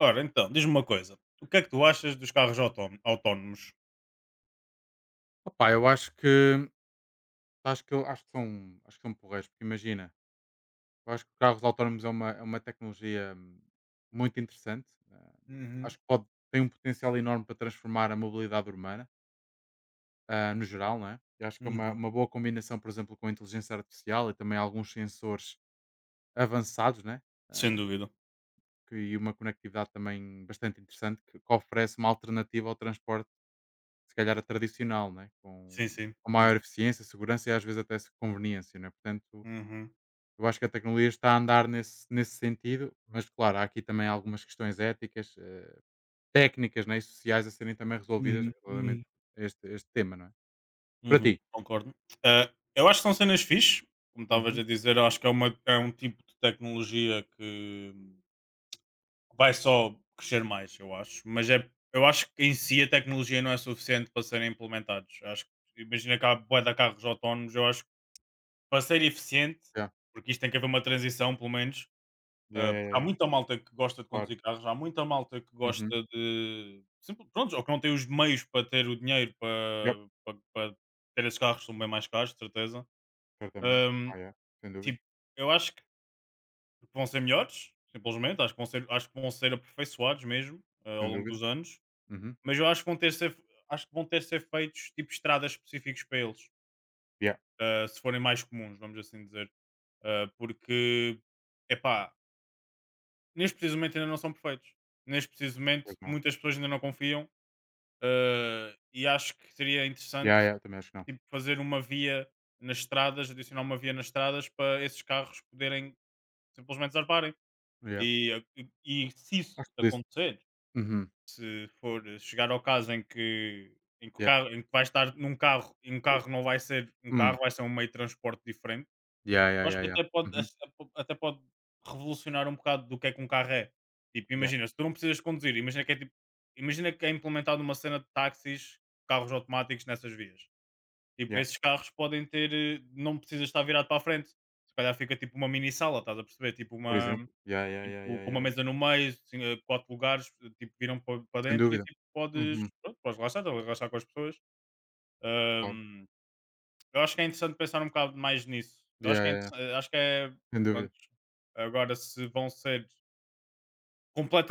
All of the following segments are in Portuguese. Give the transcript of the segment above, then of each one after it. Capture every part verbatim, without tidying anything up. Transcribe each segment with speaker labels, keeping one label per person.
Speaker 1: Ora então, diz-me uma coisa, o que é que tu achas dos carros autóno autónomos?
Speaker 2: Opá, eu acho que acho que eu acho que são acho que são porreiros, porque imagina, eu acho que carros autónomos é uma, é uma tecnologia hum, muito interessante. ah,
Speaker 1: Uhum,
Speaker 2: acho que pode, tem um potencial enorme para transformar a mobilidade urbana, ah, no geral, não é? Eu acho que é uma,
Speaker 1: uhum.
Speaker 2: uma boa combinação, por exemplo, com a inteligência artificial e também alguns sensores avançados, né?
Speaker 1: Sem
Speaker 2: Ah,
Speaker 1: dúvida.
Speaker 2: que, e uma conectividade também bastante interessante que, que oferece uma alternativa ao transporte, se calhar, a tradicional, né? Com,
Speaker 1: Sim, sim.
Speaker 2: com
Speaker 1: Uhum.
Speaker 2: maior eficiência, segurança e às vezes até se- conveniência, né? Portanto,
Speaker 1: Uhum.
Speaker 2: eu acho que a tecnologia está a andar nesse, nesse sentido, mas claro, há aqui também algumas questões éticas, eh, técnicas, né, e sociais a serem também resolvidas
Speaker 1: Uhum,
Speaker 2: relativamente
Speaker 1: uhum.
Speaker 2: a este, este tema, não é? Para
Speaker 1: Uhum,
Speaker 2: ti.
Speaker 1: concordo. Ah, eu acho que são cenas fixe, como estavas
Speaker 2: Uhum.
Speaker 1: a dizer, eu acho que é uma é um tipo de tecnologia que vai só crescer mais, eu acho, mas é eu acho que em si a tecnologia não é suficiente para serem implementados. Acho que imagina que há bué de carros autónomos, eu acho que para ser eficiente,
Speaker 2: Já.
Speaker 1: porque isto tem que haver uma transição pelo menos.
Speaker 2: Yeah,
Speaker 1: Ah, porque
Speaker 2: yeah,
Speaker 1: há
Speaker 2: yeah,
Speaker 1: muita malta que gosta de
Speaker 2: claro.
Speaker 1: conduzir carros, há muita malta que
Speaker 2: Uhum.
Speaker 1: gosta de. Simples, pronto, ou que não tem os meios para ter o dinheiro
Speaker 2: Yep.
Speaker 1: para, para, para ter esses carros, que são bem mais caros, de certeza.
Speaker 2: Certamente.
Speaker 1: Ahm,
Speaker 2: Ah, yeah. Sem dúvida.
Speaker 1: tipo, eu acho que vão ser melhores, simplesmente, acho que vão ser, acho que vão ser aperfeiçoados mesmo ah, ao
Speaker 2: Sem
Speaker 1: longo
Speaker 2: dúvida.
Speaker 1: dos anos,
Speaker 2: Uhum.
Speaker 1: mas eu acho que vão ter ser, acho que vão ter ser feitos tipo estradas específicas para eles,
Speaker 2: Yeah.
Speaker 1: ah, se forem mais comuns, vamos assim dizer. Ah, porque, epá, neste preciso momento ainda não são perfeitos. Neste preciso
Speaker 2: Pois
Speaker 1: momento,
Speaker 2: não.
Speaker 1: muitas pessoas ainda não confiam, eh, e acho que seria
Speaker 2: Yeah,
Speaker 1: interessante
Speaker 2: yeah, também acho que não.
Speaker 1: tipo, fazer uma via nas estradas, adicionar uma via nas estradas para esses carros poderem simplesmente zarparem.
Speaker 2: Yeah.
Speaker 1: E, a- e, e se
Speaker 2: Acho
Speaker 1: isso
Speaker 2: que por isso.
Speaker 1: acontecer,
Speaker 2: Uhum.
Speaker 1: se for chegar ao caso em que, em que, o
Speaker 2: Yeah.
Speaker 1: carro, em que vai estar num carro e um
Speaker 2: Uh,
Speaker 1: carro não vai ser um
Speaker 2: Hum.
Speaker 1: carro, vai ser um meio de transporte diferente,
Speaker 2: Yeah, yeah,
Speaker 1: eu acho
Speaker 2: yeah,
Speaker 1: que
Speaker 2: yeah.
Speaker 1: até pode,
Speaker 2: Uhum.
Speaker 1: até pode revolucionar um bocado do que é que um carro é. Tipo,
Speaker 2: Yeah,
Speaker 1: imagina, se tu não precisas conduzir, imagina que é tipo, imagina que é implementada uma cena de táxis, carros automáticos nessas vias. Tipo,
Speaker 2: yeah.
Speaker 1: esses carros podem ter, eh, não precisas estar virado para a frente. Se calhar fica tipo uma mini sala, estás a perceber? Tipo
Speaker 2: Por
Speaker 1: uma
Speaker 2: exemplo. Yeah, yeah, yeah,
Speaker 1: tipo,
Speaker 2: yeah,
Speaker 1: com uma
Speaker 2: yeah, yeah.
Speaker 1: mesa no meio, assim, eh, quatro lugares, eh, tipo, viram pa- para
Speaker 2: Sem
Speaker 1: dentro e
Speaker 2: dúvida.
Speaker 1: tipo, podes,
Speaker 2: Uhum.
Speaker 1: pronto, podes relaxar, estás a relaxar com as pessoas.
Speaker 2: Claro.
Speaker 1: Eu acho que é interessante pensar um bocado mais nisso.
Speaker 2: Yeah,
Speaker 1: Eu acho que é
Speaker 2: yeah, yeah.
Speaker 1: interessa, eh, acho que é
Speaker 2: Sem dúvida.
Speaker 1: pronto, agora se vão ser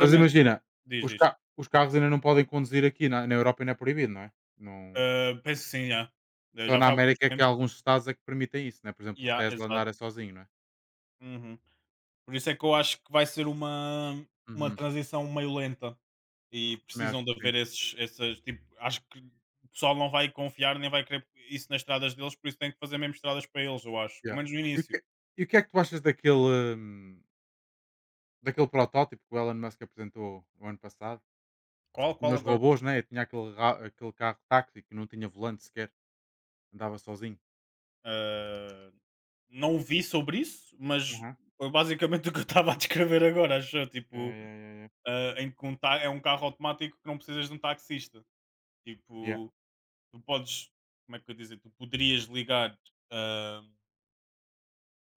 Speaker 2: Mas imagina,
Speaker 1: diz,
Speaker 2: os
Speaker 1: diz.
Speaker 2: ca os carros ainda não podem conduzir aqui na na Europa, ainda é proibido, não é? Não,
Speaker 1: Hã, penso que sim, já. Eh,
Speaker 2: só
Speaker 1: já
Speaker 2: na
Speaker 1: foi há alguns
Speaker 2: América é que há
Speaker 1: tempos.
Speaker 2: alguns estados é que permitem isso, né? Por exemplo, os
Speaker 1: Yeah,
Speaker 2: Tesla
Speaker 1: exato.
Speaker 2: andarem sozinho, não é?
Speaker 1: Uhum. Por isso é que eu
Speaker 2: Yeah.
Speaker 1: acho que vai ser uma uma
Speaker 2: Uhum.
Speaker 1: transição meio lenta e
Speaker 2: Também acho
Speaker 1: precisam
Speaker 2: que
Speaker 1: de
Speaker 2: sim.
Speaker 1: haver esses essas tipo, acho que o pessoal não vai confiar nem vai querer isso nas estradas deles, por isso tem que fazer mesmo estradas para eles, eu acho, pelo
Speaker 2: Yeah.
Speaker 1: menos no
Speaker 2: E o
Speaker 1: início.
Speaker 2: que e o que é que tu achas daquele, hum, daquele protótipo que o Elon Musk apresentou o ano passado?
Speaker 1: Qual,
Speaker 2: Tinha
Speaker 1: qual
Speaker 2: os
Speaker 1: agora?
Speaker 2: robôs, né? E tinha aquele ra aquele carro táxi que não tinha volante sequer, andava sozinho.
Speaker 1: Hã Não vi sobre isso, mas
Speaker 2: Aham.
Speaker 1: foi basicamente o que eu estava a descrever agora, acho eu,
Speaker 2: Yeah, yeah,
Speaker 1: tipo,
Speaker 2: yeah, yeah.
Speaker 1: ah, em que um ta é um carro automático que não precisas de um taxista.
Speaker 2: Yeah,
Speaker 1: Tipo, tu podes, como é que eu ia dizer, tu poderias ligar, ah,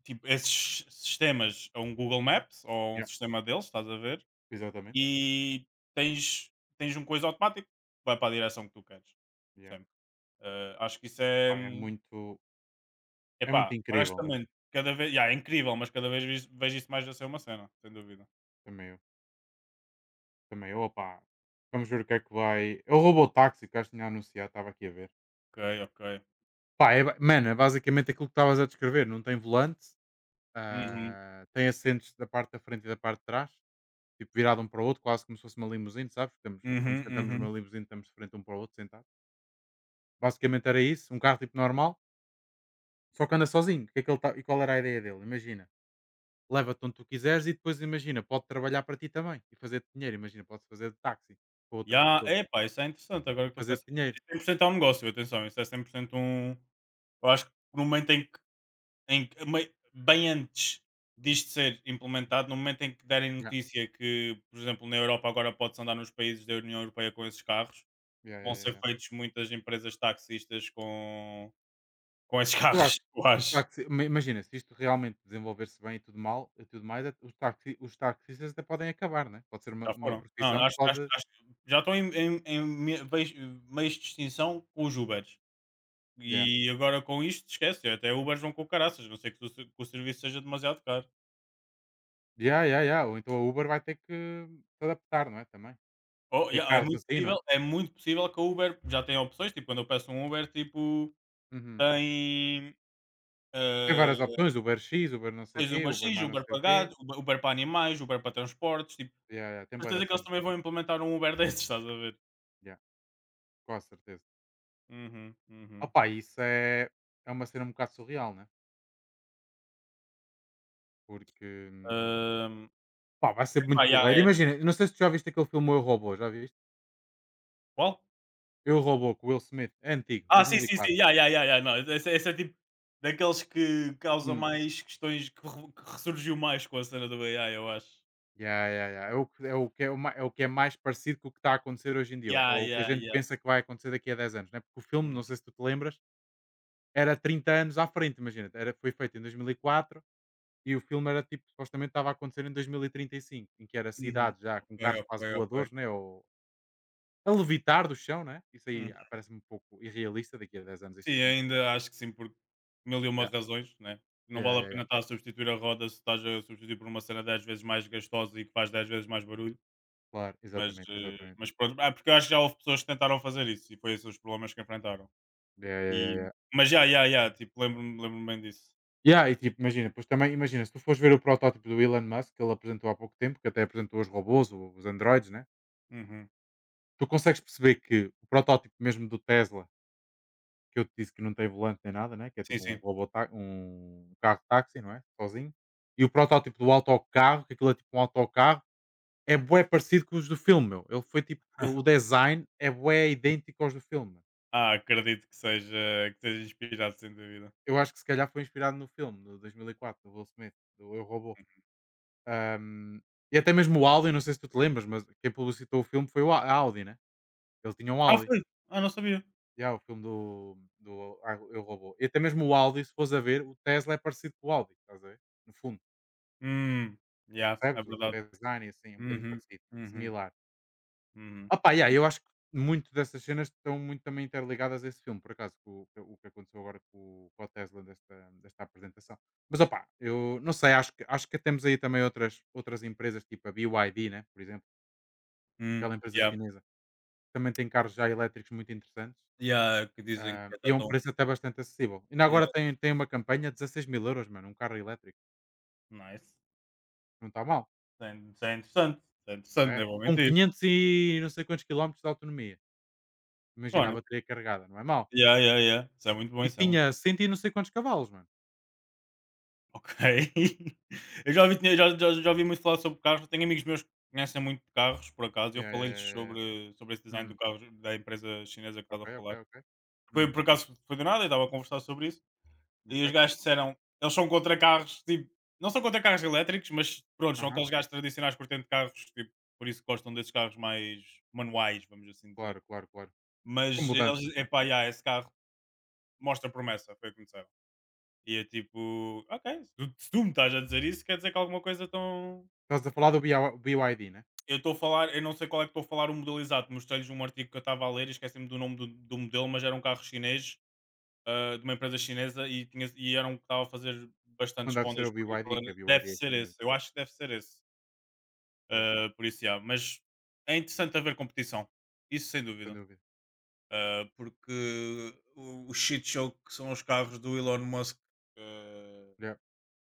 Speaker 1: tipo, esses sistemas a um Google Maps ou a um
Speaker 2: yeah.
Speaker 1: sistema deles, estás a ver,
Speaker 2: Exatamente.
Speaker 1: e tens tens um coisa automático que vai para a direção que tu queres,
Speaker 2: Yeah.
Speaker 1: sempre. Ah, acho que isso é
Speaker 2: Pá, é
Speaker 1: hum,
Speaker 2: muito é
Speaker 1: Epá,
Speaker 2: muito incrível, né?
Speaker 1: honestamente, cada vez yeah, é incrível, mas cada vez vis- vejo isso mais a ser uma cena, sem dúvida.
Speaker 2: Também eu. Também, opa, vamos ver o que é que vai. É o Robotáxi que acho que tinha anunciado, estava aqui a ver.
Speaker 1: Ok, ok.
Speaker 2: Pá, é, ba- mano, é basicamente aquilo que estavas a descrever: não tem volante,
Speaker 1: Uhum,
Speaker 2: ah, tem assentos da parte da frente e da parte de trás, tipo virado um para o outro, quase como se fosse uma limusine, sabes? Estamos, quando
Speaker 1: uhum,
Speaker 2: nos sentamos
Speaker 1: uhum.
Speaker 2: numa limusine, estamos de frente um para o outro, sentado. Basicamente era isso: um carro tipo normal, só que anda sozinho. Que é que ele tá- e qual era a ideia dele? Imagina, leva-te onde tu quiseres e depois, imagina, pode trabalhar para ti também e fazer dinheiro. Imagina, pode fazer de táxi para outras
Speaker 1: Yeah,
Speaker 2: pessoas
Speaker 1: epá, isso é interessante, agora
Speaker 2: e
Speaker 1: que estou a
Speaker 2: fazer
Speaker 1: pensar.
Speaker 2: dinheiro.
Speaker 1: Isso cem por cento é um negócio, atenção, isso é cem por cento um. Eu acho que no momento em que, em que- mei- bem antes disto ser implementado, no momento em que derem
Speaker 2: Yeah.
Speaker 1: notícia que, por exemplo, na Europa agora pode-se andar nos países da União Europeia com esses carros,
Speaker 2: Yeah,
Speaker 1: vão
Speaker 2: yeah, yeah,
Speaker 1: ser
Speaker 2: yeah.
Speaker 1: feitos muitas empresas taxistas com, com esses
Speaker 2: Eu acho
Speaker 1: carros, eu
Speaker 2: que os
Speaker 1: acho.
Speaker 2: táxi imagina, se isto realmente desenvolver-se bem e tudo mal e tudo mais, é, os táxi os taxistas até podem acabar, né, pode ser uma
Speaker 1: Já
Speaker 2: uma
Speaker 1: foram? Não,
Speaker 2: profissão que
Speaker 1: acho acho
Speaker 2: pode.
Speaker 1: acho que já estão em em em me veis meios de extinção com os Ubers.
Speaker 2: Yeah.
Speaker 1: E agora com isto esquece, até Ubers vão com caraças, a não ser que o se que o serviço seja demasiado caro.
Speaker 2: Yeah, yeah, yeah, ou então a Uber vai ter que se adaptar, não é, também, para
Speaker 1: Oh,
Speaker 2: ter
Speaker 1: yeah, é
Speaker 2: carros
Speaker 1: muito
Speaker 2: assim, não
Speaker 1: possível
Speaker 2: é?
Speaker 1: é muito possível que a Uber já tenha opções, tipo, quando eu peço um Uber, tipo,
Speaker 2: Uhum.
Speaker 1: tem,
Speaker 2: Tem várias
Speaker 1: ah,
Speaker 2: opções, Uber X, Uber não sei o
Speaker 1: tens
Speaker 2: quê, Uber
Speaker 1: UberX,
Speaker 2: mais não
Speaker 1: Uber
Speaker 2: sei o quê,
Speaker 1: pagado, Uber Uber para animais, Uber para transportes, tipo,
Speaker 2: yeah, yeah, tem bué da
Speaker 1: certeza que eles
Speaker 2: cena,
Speaker 1: também vão implementar um Uber desses, estás a ver?
Speaker 2: yeah, com a certeza.
Speaker 1: Uhum, uhum.
Speaker 2: Opa, isso é é uma cena um bocado surreal, né, porque, hum,
Speaker 1: Hum,
Speaker 2: pá, vai ser muito
Speaker 1: epá, yeah,
Speaker 2: porreiro.
Speaker 1: é
Speaker 2: Imagina, não sei se tu já viste aquele filme Eu, Robô, já viste?
Speaker 1: qual?
Speaker 2: Eu, Robô, com o Will Smith, é antigo,
Speaker 1: Ah, sim, sim, sim.
Speaker 2: dois mil e quatro.
Speaker 1: Ya, ya, ya, ya. Não, esse esse é tipo daqueles que causam
Speaker 2: Hum.
Speaker 1: mais questões, que re que ressurgiu mais com a cena do ai, eu acho.
Speaker 2: Ya, ya, yeah, É o que é o que é o ma é o que é mais parecido com o que está a acontecer hoje em dia, ou
Speaker 1: Ya,
Speaker 2: ou o que a
Speaker 1: ya,
Speaker 2: gente
Speaker 1: ya.
Speaker 2: pensa que vai acontecer daqui a dez anos, né, porque o filme, não
Speaker 1: Uhum,
Speaker 2: sei se tu te lembras, era trinta anos à frente, imagina, era foi feito em dois mil e quatro, e o filme era, tipo, supostamente estava a acontecer em dois mil e e trinta e cinco, em que era
Speaker 1: uhum.
Speaker 2: cidade já com
Speaker 1: Ok,
Speaker 2: carros
Speaker 1: ok,
Speaker 2: quase
Speaker 1: ok.
Speaker 2: voadores, né, ou a levitar do chão, né, isso aí
Speaker 1: Uhum.
Speaker 2: ah, parece-me um pouco irrealista daqui a dez anos isso
Speaker 1: Sim,
Speaker 2: acontecer.
Speaker 1: ainda acho que sim, por mil e uma
Speaker 2: Yeah,
Speaker 1: razões, né. Não
Speaker 2: yeah,
Speaker 1: vale a
Speaker 2: yeah, yeah.
Speaker 1: pena estar a substituir a roda se estás a substituir por uma cena dez vezes mais gastosa e que faz dez vezes mais barulho,
Speaker 2: Claro,
Speaker 1: mas,
Speaker 2: exatamente,
Speaker 1: eh,
Speaker 2: exatamente.
Speaker 1: mas pronto. Ah, porque eu acho que já houve pessoas que tentaram fazer isso e foi esses os problemas que enfrentaram.
Speaker 2: Yeah, yeah, yeah,
Speaker 1: E
Speaker 2: yeah.
Speaker 1: mas ya, ya, ya, tipo, lembro-me lembro bem disso.
Speaker 2: Yeah, e tipo, imagina, pois também, imagina, se tu fores ver o protótipo do Elon Musk, que ele apresentou há pouco tempo, que até apresentou os robôs, o- os androides, né?
Speaker 1: Uhum.
Speaker 2: Tu consegues perceber que o protótipo mesmo do Tesla, que eu te disse que não tem volante nem nada, né? Que é
Speaker 1: Sim,
Speaker 2: tipo um
Speaker 1: sim.
Speaker 2: robô, tá- um carro táxi, não é? Sozinho. E o protótipo do autocarro, que aquilo é tipo um autocarro, é bué parecido com os do filme, meu. Ele foi tipo, o design é bué idêntico aos do filme.
Speaker 1: Ah, acredito que seja, que seja inspirado, sem dúvida.
Speaker 2: Eu acho que se calhar foi inspirado no filme, do dois mil e quatro, do Will Smith, do Eu, Robô. Ahm, e até mesmo o Audi, não sei se tu te lembras, mas quem publicitou o filme foi o a a Audi, né? Ele tinha um
Speaker 1: Ah,
Speaker 2: Audi.
Speaker 1: foi? Ah, não sabia.
Speaker 2: Yeah, o filme do, do Ah, Eu Robô. E até mesmo o Audi, se fores a ver, o Tesla é parecido com o Audi, estás a ver? No fundo,
Speaker 1: Hum, yeah, é
Speaker 2: percebes? O, o
Speaker 1: verdade.
Speaker 2: design, assim, é um bocadinho
Speaker 1: Uhum,
Speaker 2: parecido,
Speaker 1: uhum,
Speaker 2: similar.
Speaker 1: uhum,
Speaker 2: Ah pá, yeah, eu acho que muito dessas cenas estão muito também interligadas a esse filme, por acaso, com o que o que aconteceu agora com, o com o Tesla desta, desta apresentação. Mas opá, eu não sei, acho que, acho que, temos aí também outras, outras empresas, tipo a B Y D, né? Por exemplo,
Speaker 1: hum,
Speaker 2: aquela empresa
Speaker 1: yeah,
Speaker 2: chinesa também tem carros já elétricos muito interessantes,
Speaker 1: yeah, que dizem
Speaker 2: ah,
Speaker 1: que
Speaker 2: e
Speaker 1: está
Speaker 2: é um
Speaker 1: tão.
Speaker 2: preço até bastante acessível. Ainda
Speaker 1: Yeah,
Speaker 2: agora tem tem uma campanha de dezesseis mil euros, mano, um carro elétrico,
Speaker 1: nice.
Speaker 2: não está mal,
Speaker 1: Isso é isso é interessante, isso é interessante,
Speaker 2: é.
Speaker 1: nem vou
Speaker 2: Com
Speaker 1: mentir.
Speaker 2: quinhentos e não sei quantos quilómetros de autonomia. Imagina a
Speaker 1: Bom,
Speaker 2: bateria carregada, não é mal.
Speaker 1: yeah, yeah, yeah. Isso é muito bom,
Speaker 2: E
Speaker 1: isso é muito
Speaker 2: tinha
Speaker 1: bom.
Speaker 2: cento e não sei quantos cavalos, mano.
Speaker 1: Ok. Eu já ouvi, tinha- já, já, já ouvi muito falar sobre carros, tenho amigos meus que conhecem muito de carros, por acaso, e eu
Speaker 2: Yeah, yeah,
Speaker 1: falei-lhes
Speaker 2: yeah, yeah, yeah.
Speaker 1: sobre, sobre esse design
Speaker 2: Hum,
Speaker 1: do carro da empresa chinesa que estás
Speaker 2: ok,
Speaker 1: a
Speaker 2: ok,
Speaker 1: falar.
Speaker 2: ok.
Speaker 1: Foi por
Speaker 2: Uhum,
Speaker 1: acaso foi do nada, eu estava a conversar sobre isso. E
Speaker 2: ok.
Speaker 1: os gajos disseram: eles são contra carros, tipo, não são contra carros elétricos, mas pronto, são
Speaker 2: Aham.
Speaker 1: aqueles gajos tradicionais curtindo de carros, tipo, por isso gostam desses carros mais manuais, vamos assim dizer.
Speaker 2: Claro, claro, claro. Com
Speaker 1: Mas eles,
Speaker 2: mudanças, não é?
Speaker 1: epá, yeah, esse carro mostra promessa, foi o que me disseram. E é tipo, ok, se tu, se tu me estás a dizer isso, quer dizer que alguma coisa tão.
Speaker 2: Estás a falar do BY B Y D, né?
Speaker 1: Eu estou a falar, eu não sei qual é que estou a falar o modelo exato, mostrei-lhes um artigo que eu estava a ler e esqueci-me do nome do, do modelo, mas era um carro chinês. Ah, de uma empresa chinesa e tinha e era um que estava a fazer
Speaker 2: Não
Speaker 1: bastantes
Speaker 2: deve ser
Speaker 1: rondas
Speaker 2: o
Speaker 1: por aí
Speaker 2: BYD, que a
Speaker 1: pela. Deve
Speaker 2: B Y D é
Speaker 1: ser
Speaker 2: chinesa.
Speaker 1: esse, eu acho que deve ser esse.
Speaker 2: Yeah,
Speaker 1: Ah, por isso, yeah. Mas é interessante haver competição, isso sem
Speaker 2: sem
Speaker 1: dúvida.
Speaker 2: dúvida.
Speaker 1: Ah, porque o, o shit show que são os carros do Elon Musk, ah,
Speaker 2: Yeah,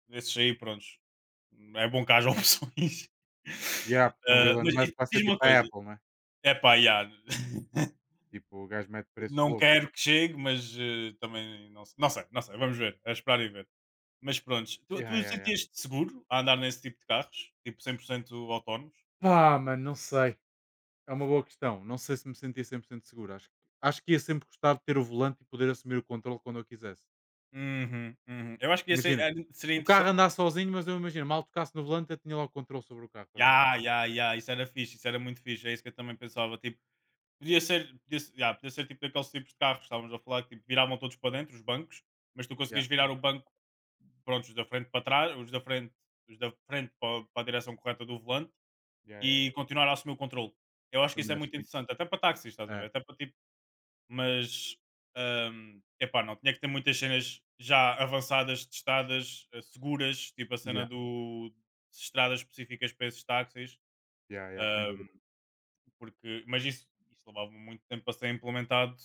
Speaker 1: esses aí, prontos, é bom que haja opções.
Speaker 2: yeah, porque o
Speaker 1: Ah,
Speaker 2: Elon
Speaker 1: mas
Speaker 2: Musk
Speaker 1: e
Speaker 2: vai ser
Speaker 1: diz uma
Speaker 2: tipo a
Speaker 1: coisa,
Speaker 2: Apple, né?
Speaker 1: é pá, yeah.
Speaker 2: Tipo, o gajo mete preços
Speaker 1: Não
Speaker 2: loucos.
Speaker 1: quero que chegue, mas eh, também não, se- não sei, não sei, vamos ver, é esperar e ver. Mas pronto tu
Speaker 2: Yeah,
Speaker 1: tu
Speaker 2: yeah, yeah.
Speaker 1: sentias-te seguro a andar nesse tipo de carros? Tipo cem por cento autónomos?
Speaker 2: Pá, mano, não sei. É uma boa questão. Não sei se me sentia cem por cento seguro. Acho, que- acho que ia sempre gostar de ter o volante e poder assumir o controle quando eu quisesse.
Speaker 1: Uhum, uhum. Eu acho que ia ser
Speaker 2: Imagina,
Speaker 1: era seria
Speaker 2: o
Speaker 1: interessante.
Speaker 2: carro andar sozinho, mas eu imagino, mal tocasse no volante, eu tinha logo controle sobre o carro, estás a ver?
Speaker 1: Ya, ya, ya, isso era fixe, isso era muito fixe, é isso que eu também pensava, tipo, podia ser podia se ya, podia ser tipo daqueles tipos de carros que estávamos a falar que tipo viravam todos para dentro os bancos, mas tu
Speaker 2: Yeah,
Speaker 1: conseguias virar o banco, prontos, os da frente para trás os da frente os da frente para para a direção correta do volante
Speaker 2: yeah, yeah, yeah.
Speaker 1: e continuar a assumir o controle. Eu acho que isso
Speaker 2: Também
Speaker 1: é
Speaker 2: acho
Speaker 1: muito
Speaker 2: que tem.
Speaker 1: interessante, até para táxis, estás a ver?
Speaker 2: É,
Speaker 1: Até para tipo. Mas, hum, epá, não, tinha que ter muitas cenas já avançadas, testadas, eh, seguras, tipo a cena
Speaker 2: yeah,
Speaker 1: do estradas específicas para esses táxis,
Speaker 2: yeah, yeah, sem
Speaker 1: hum,
Speaker 2: dúvida.
Speaker 1: porque, mas isso, isso levava muito tempo a ser implementado.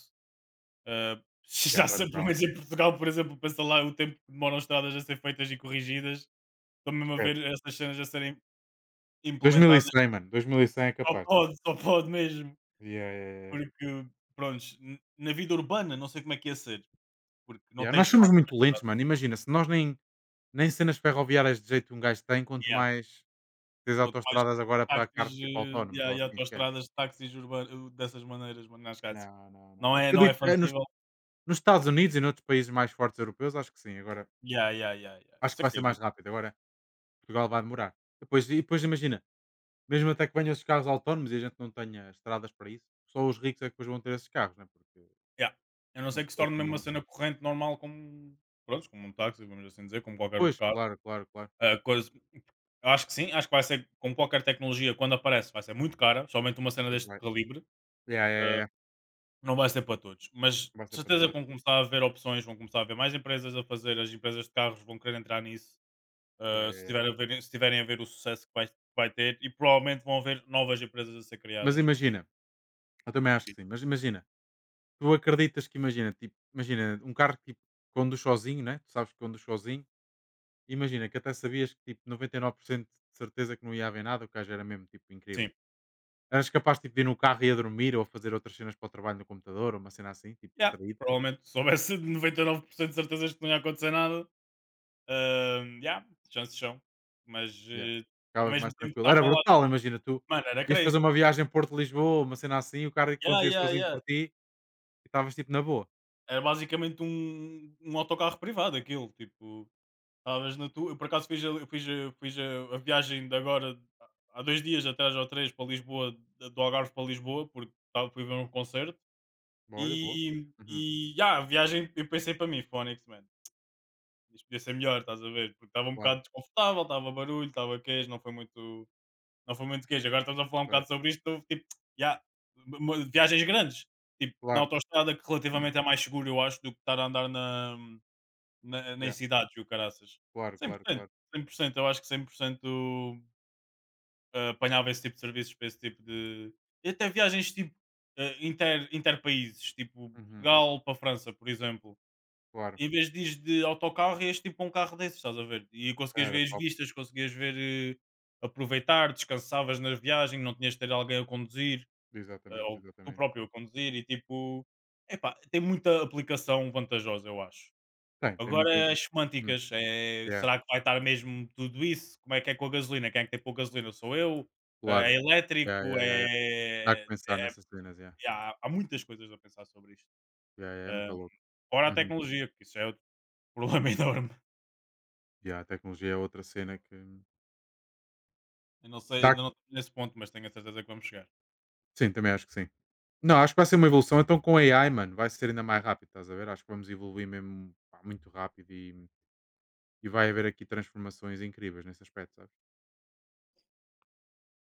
Speaker 1: eh,
Speaker 2: Yeah,
Speaker 1: Já
Speaker 2: vai
Speaker 1: sei, pelo
Speaker 2: demorar.
Speaker 1: menos em Portugal, por exemplo, pensa lá o tempo que demoram estradas a ser feitas e corrigidas. Estou mesmo a ver
Speaker 2: Esquece.
Speaker 1: essas cenas a serem implementadas.
Speaker 2: dois mil e cem, mano. dois mil e cem é
Speaker 1: Só
Speaker 2: capaz.
Speaker 1: pode, só pode mesmo.
Speaker 2: Yeah, yeah, yeah.
Speaker 1: Porque, pronto, na vida urbana não sei como é que ia ser, porque não
Speaker 2: Yeah,
Speaker 1: tem
Speaker 2: nós somos
Speaker 1: espaço.
Speaker 2: muito lentos, mano. Imagina, se nós nem, nem, cenas ferroviárias de jeito um gajo tem, quanto mais. Tens
Speaker 1: Quanto mais
Speaker 2: autoestradas agora para
Speaker 1: táxis,
Speaker 2: carros tipo
Speaker 1: eh,
Speaker 2: autónomos
Speaker 1: yeah,
Speaker 2: ou
Speaker 1: e
Speaker 2: assim, esquece.
Speaker 1: autoestradas, táxis urban uh, dessas maneiras, mano, acho que há de se
Speaker 2: Não, não, não.
Speaker 1: não é não é
Speaker 2: Acredito, eh, nos
Speaker 1: fazível.
Speaker 2: nos Estados Unidos e noutros países mais fortes europeus, acho que sim. Agora,
Speaker 1: Yeah, yeah, yeah, yeah.
Speaker 2: acho que
Speaker 1: Isso
Speaker 2: vai ser mais
Speaker 1: acredito.
Speaker 2: rápido. Agora, Portugal vai demorar. Depois, e depois imagina, mesmo até que venham esses carros autónomos e a gente não tenha estradas para isso, só os ricos é que depois vão ter esses carros, né? Porque
Speaker 1: Yeah. A não
Speaker 2: uma
Speaker 1: ser que se
Speaker 2: pessoa
Speaker 1: torne mesmo
Speaker 2: comum
Speaker 1: uma
Speaker 2: não.
Speaker 1: cena corrente normal como, pronto como um táxi, vamos assim dizer, como qualquer
Speaker 2: Pois,
Speaker 1: outro carro.
Speaker 2: claro, claro, claro.
Speaker 1: A coisa eu acho que sim, acho que vai ser como qualquer tecnologia, quando aparece, vai ser muito cara, somente uma cena
Speaker 2: Pois
Speaker 1: deste
Speaker 2: vai.
Speaker 1: calibre,
Speaker 2: Yeah, yeah, yeah.
Speaker 1: não vai ser para todos. Mas
Speaker 2: Vai
Speaker 1: de
Speaker 2: ser para toda
Speaker 1: certeza
Speaker 2: a
Speaker 1: que vão
Speaker 2: gente.
Speaker 1: começar a haver opções, vão começar a haver mais empresas a fazer, as empresas de carros vão querer entrar nisso.
Speaker 2: Yeah,
Speaker 1: Uh,
Speaker 2: yeah,
Speaker 1: se,
Speaker 2: yeah.
Speaker 1: tiver a ver- se tiverem a ver o sucesso que vai, que vai, ter e provavelmente vão haver novas empresas a ser
Speaker 2: Mas
Speaker 1: criadas.
Speaker 2: imagina, eu também acho que sim, mas imagina, tu acreditas que imagina, tipo, imagina um carro que tipo, conduz sozinho, né? Tu sabes que conduz sozinho. Imagina que até sabias que tipo noventa e nove por cento de certeza que não ia haver nada, o gajo era mesmo tipo
Speaker 1: Sim,
Speaker 2: incrível. Eras capaz tipo, de ir no carro e a dormir ou a fazer outras cenas para o trabalho no computador, ou uma cena assim, tipo
Speaker 1: yeah,
Speaker 2: distraído.
Speaker 1: provavelmente se soubesse de noventa e nove por cento de certezas que não ia acontecer nada, uh, yeah, chances são. Mas
Speaker 2: Yeah.
Speaker 1: eh, ao
Speaker 2: Ficavas
Speaker 1: mesmo
Speaker 2: mais
Speaker 1: tempo
Speaker 2: tranquilo. Era
Speaker 1: estava lá,
Speaker 2: brutal, imagina, tu
Speaker 1: mano, era
Speaker 2: ias fazer
Speaker 1: crazy.
Speaker 2: uma viagem Porto-Lisboa, uma cena assim, o cara
Speaker 1: Yeah,
Speaker 2: conduzia
Speaker 1: yeah,
Speaker 2: sozinho
Speaker 1: yeah.
Speaker 2: por ti e estavas tipo na boa.
Speaker 1: Era basicamente um, um autocarro privado aquilo, tipo, estavas na tua. Eu por acaso fiz, a, eu fiz, a, fiz a, a viagem de agora há dois dias atrás ou três para Lisboa, do Algarve para Lisboa, porque estava- fui ver um concerto.
Speaker 2: Boa, olha, boa.
Speaker 1: E,
Speaker 2: Uhum.
Speaker 1: e ah, a viagem, eu pensei para mim, Phoenix, mano, isto podia ser melhor, estás a ver? Porque estava um
Speaker 2: Claro,
Speaker 1: bocado desconfortável, estava barulho, estava queijo, não foi muito, não foi muito queijo. Agora estamos a falar um
Speaker 2: pois,
Speaker 1: bocado sobre isto, tipo, yeah, mo- viagens grandes, tipo, na
Speaker 2: claro,
Speaker 1: autoestrada, que relativamente é mais seguro, eu acho, do que estar a andar na, na, em
Speaker 2: yeah,
Speaker 1: cidades e o caraças.
Speaker 2: claro,
Speaker 1: cem por
Speaker 2: claro,
Speaker 1: cento
Speaker 2: claro.
Speaker 1: cem por cento, eu acho que cem por cento, eh, apanhava esse tipo de serviços para esse tipo de. E até viagens tipo eh, inter, interpaíses, tipo
Speaker 2: Uhum.
Speaker 1: Portugal para a França, por exemplo.
Speaker 2: Claro,
Speaker 1: Em vez de ires de autocarro, ias tipo com um carro desses, estás a ver? E conseguias
Speaker 2: era
Speaker 1: ver as
Speaker 2: top.
Speaker 1: vistas, conseguias ver, eh, aproveitar, descansavas na viagem, não tinhas de ter alguém a conduzir, eh,
Speaker 2: Exatamente,
Speaker 1: ou tu
Speaker 2: exatamente.
Speaker 1: próprio a conduzir, e tipo, epá, tem muita aplicação vantajosa, eu acho.
Speaker 2: Tem, tem muito.
Speaker 1: Agora as
Speaker 2: hum,
Speaker 1: semânticas, eh,
Speaker 2: yeah,
Speaker 1: será que vai estar mesmo tudo isso? Como é que é com a gasolina? Quem é que tem pouca gasolina? Sou eu?
Speaker 2: claro.
Speaker 1: Eh, é
Speaker 2: Yeah,
Speaker 1: elétrico?
Speaker 2: yeah, yeah, yeah. Dá que
Speaker 1: É
Speaker 2: pensar nessas cenas, yeah.
Speaker 1: há há muitas coisas a pensar sobre isto.
Speaker 2: Yeah, yeah, é muito
Speaker 1: Hã,
Speaker 2: louco.
Speaker 1: fora a
Speaker 2: Uhum.
Speaker 1: tecnologia, porque isso é outro problema enorme.
Speaker 2: Yeah, a tecnologia é outra cena que
Speaker 1: Eu não sei,
Speaker 2: dá
Speaker 1: ainda
Speaker 2: que-
Speaker 1: não estou nesse ponto, mas tenho a certeza que vamos chegar.
Speaker 2: Sim, também acho que sim. Não, acho que vai ser uma evolução. Então com A I, mano, vai ser ainda
Speaker 1: E
Speaker 2: mais rápido, estás a ver? Acho que vamos evoluir mesmo pá, muito rápido e, e vai haver aqui transformações incríveis nesse aspecto, sabes?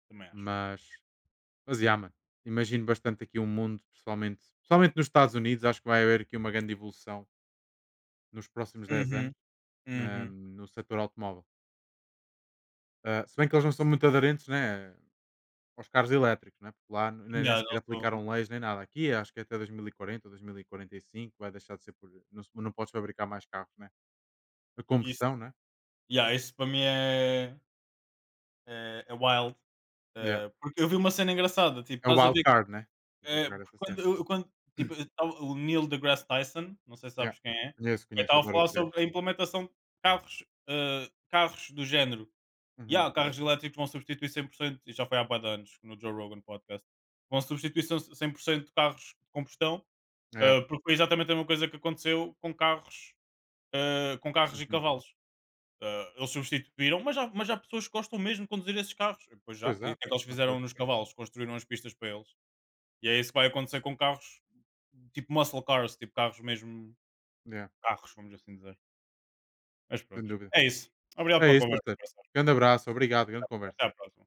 Speaker 1: também acho, também acho.
Speaker 2: Mas, mas yeah, mano, imagino bastante aqui um mundo, principalmente, principalmente nos Estados Unidos, acho que vai haver aqui uma grande evolução nos próximos dez
Speaker 1: Uhum,
Speaker 2: anos. na-
Speaker 1: uhum.
Speaker 2: no setor automóvel. Ah, se bem que eles não são muito aderentes, né, aos carros elétricos, né, porque lá nem, nem,
Speaker 1: Yeah,
Speaker 2: sequer
Speaker 1: não sou
Speaker 2: aplicaram leis nem nada. Aqui acho que até dois mil e quarenta ou dois mil e quarenta e cinco vai deixar de ser por. Não, se- não podes fabricar mais carros, né, a
Speaker 1: isso
Speaker 2: combustão, né?
Speaker 1: yeah, isso para mim é é é wild.
Speaker 2: Yeah.
Speaker 1: Eh, porque eu vi uma cena engraçada, tipo,
Speaker 2: É o
Speaker 1: estás a
Speaker 2: wild
Speaker 1: ver?
Speaker 2: card, né? Vou
Speaker 1: É,
Speaker 2: jogar
Speaker 1: porque
Speaker 2: essa
Speaker 1: quando
Speaker 2: cena.
Speaker 1: eu quando tipo, eu estava o Neil deGrasse Tyson, não sei se
Speaker 2: Yeah.
Speaker 1: sabes quem é.
Speaker 2: Conheço,
Speaker 1: Eu
Speaker 2: conheço,
Speaker 1: estava a
Speaker 2: adoro esse
Speaker 1: falar
Speaker 2: gajo.
Speaker 1: sobre a implementação de carros, hã, carros do género. E
Speaker 2: Uhum.
Speaker 1: "Ya, carros elétricos vão substituir cem por cento e já foi há bué de anos no Joe Rogan Podcast, vão substituir cem 100% de carros de combustão",
Speaker 2: É.
Speaker 1: hã, porque foi exatamente a mesma coisa que aconteceu com carros, hã, com carros e
Speaker 2: Uhum.
Speaker 1: cavalos. Hã, eles substituíram, mas há mas há pessoas que gostam mesmo de conduzir esses carros. Pois já,
Speaker 2: Pois é,
Speaker 1: e o que é que eles
Speaker 2: há pessoas
Speaker 1: fizeram nos
Speaker 2: que-
Speaker 1: cavalos? Construíram as pistas para eles. E é isso que vai acontecer com carros. Tipo muscle cars, tipo carros mesmo,
Speaker 2: yeah,
Speaker 1: carros, vamos assim dizer. Mas
Speaker 2: sem
Speaker 1: pronto,
Speaker 2: dúvida.
Speaker 1: é isso. Obrigado
Speaker 2: É
Speaker 1: pela
Speaker 2: isso,
Speaker 1: conversa,
Speaker 2: parceiro.
Speaker 1: parceiro.
Speaker 2: Grande abraço, obrigado, grande conversa.
Speaker 1: Até à próxima.